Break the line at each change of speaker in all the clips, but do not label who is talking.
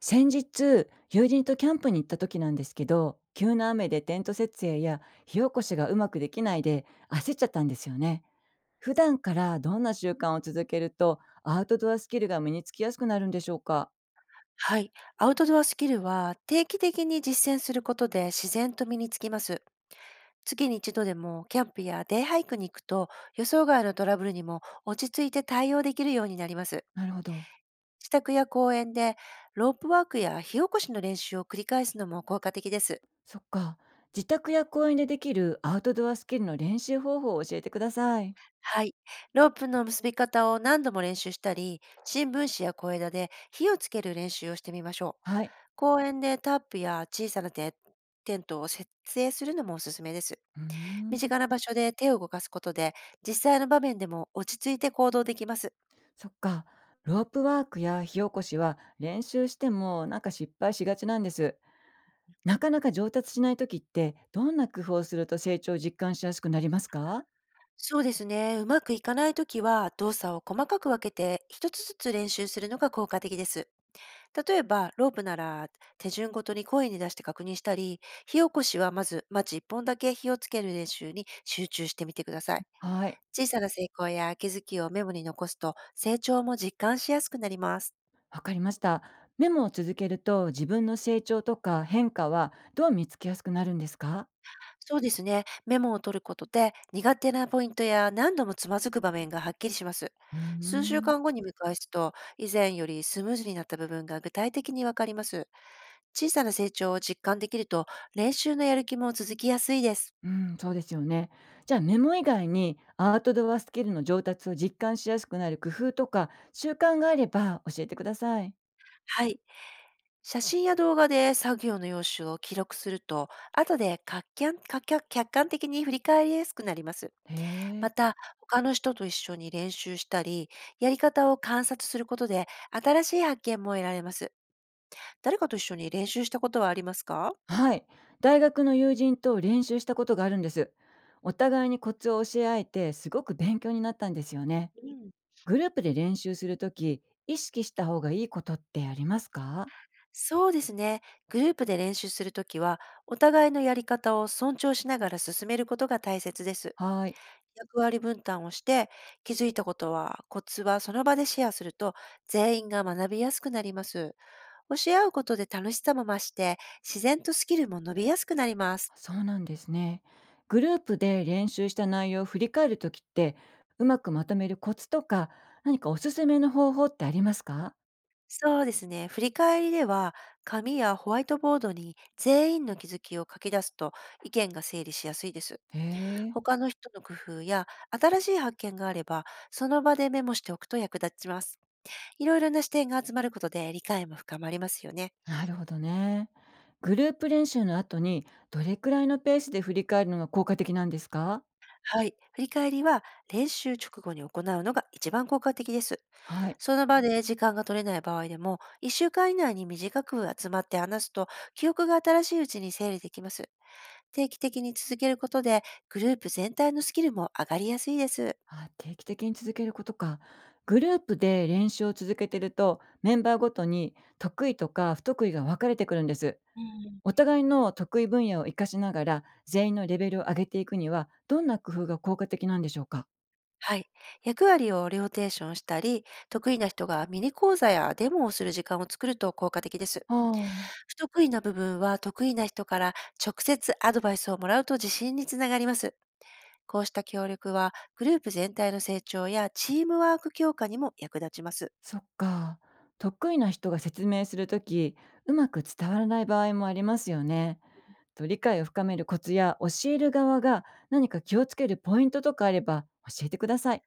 先日友人とキャンプに行った時なんですけど、急な雨でテント設営や火起こしがうまくできないで焦っちゃったんですよね。普段からどんな習慣を続けるとアウトドアスキルが身につきやすくなるんでしょうか？
はい。アウトドアスキルは定期的に実践することで自然と身につきます。月に一度でもキャンプやデイハイクに行くと、予想外のトラブルにも落ち着いて対応できるようになります。
なるほど。
自宅や公園でロープワークや火起こしの練習を繰り返すのも効果的です。
そっか。自宅や公園でできるアウトドアスキルの練習方法を教えてください。
はい。ロープの結び方を何度も練習したり、新聞紙や小枝で火をつける練習をしてみましょう。
はい。
公園でタップや小さなテントを設営するのもおすすめです。
うーん。
身近な場所で手を動かすことで、実際の場面でも落ち着いて行動できます。
そっか。ロープワークや火起こしは練習してもなんか失敗しがちなんです。なかなか上達しない時って、どんな工夫をすると成長を実感しやすくなりますか？
そうですね。うまくいかないときは、動作を細かく分けて、一つずつ練習するのが効果的です。例えば、ロープなら、手順ごとに声に出して確認したり、火起こしはまず、マッチ一本だけ火をつける練習に集中してみてください。
はい、
小さな成功や気づきをメモに残すと、成長も実感しやすくなります。
わかりました。メモを続けると、自分の成長とか変化はどう見つけやすくなるんですか？
そうですね。メモを取ることで、苦手なポイントや何度もつまずく場面がはっきりします。
うー
数週
ん、
間後に見返すと、以前よりスムーズになった部分が具体的にわかります。小さな成長を実感できると、練習のやる気も続きやすいです。
うん、そうですよね。じゃあメモ以外に、アウトドアスキルの上達を実感しやすくなる工夫とか、習慣があれば教えてください。
はい。写真や動画で作業の様子を記録すると、後で客観的に振り返りやすくなります。
へえ。
また、他の人と一緒に練習したり、やり方を観察することで、新しい発見も得られます。誰かと一緒に練習したことはありますか？
はい。大学の友人と練習したことがあるんです。お互いにコツを教え合えて、すごく勉強になったんですよね。
うん。
グループで練習するとき、意識した方がいいことってありますか？
そうですね。グループで練習するときは、お互いのやり方を尊重しながら進めることが大切です。
はい。
役割分担をして、気づいたことは、コツはその場でシェアすると、全員が学びやすくなります。教え合うことで楽しさも増して、自然とスキルも伸びやすくなります。
そうなんですね。グループで練習した内容を振り返るときって、うまくまとめるコツとか、何かおすすめの方法ってありますか？
そうですね。振り返りでは、紙やホワイトボードに全員の気づきを書き出すと、意見が整理しやすいです。
へえ。
他の人の工夫や新しい発見があれば、その場でメモしておくと役立ちます。いろいろな視点が集まることで理解も深まりますよね。
なるほどね。グループ練習の後に、どれくらいのペースで振り返るのが効果的なんですか？
はい。振り返りは練習直後に行うのが一番効果的です。
はい。
その場で時間が取れない場合でも、1週間以内に短く集まって話すと、記憶が新しいうちに整理できます。定期的に続けることで、グループ全体のスキルも上がりやすいです。
あ、定期的に続けることか。グループで練習を続けてると、メンバーごとに得意とか不得意が分かれてくるんです。
うん。
お互いの得意分野を活かしながら、全員のレベルを上げていくには、どんな工夫が効果的なんでしょうか？
はい。役割をローテーションしたり、得意な人がミニ講座やデモをする時間を作ると効果的です。
ああ、
不得意な部分は得意な人から直接アドバイスをもらうと自信につながります。こうした協力はグループ全体の成長やチームワーク強化にも役立ちます。
そっか。得意な人が説明するとき、うまく伝わらない場合もありますよね。と理解を深めるコツや教える側が何か気をつけるポイントとかあれば教えてください。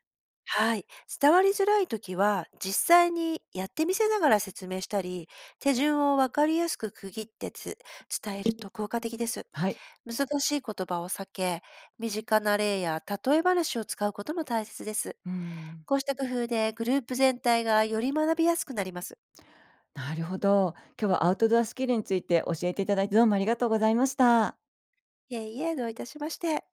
はい。伝わりづらいときは、実際にやってみせながら説明したり、手順をわかりやすく区切って伝えると効果的です。
はい。
難しい言葉を避け、身近な例や例え話を使うことも大切です。
うん。
こうした工夫でグループ全体がより学びやすくなります。
なるほど。今日はアウトドアスキルについて教えていただいて、どうもありがとうございました。
いえいえ、どういたしまして。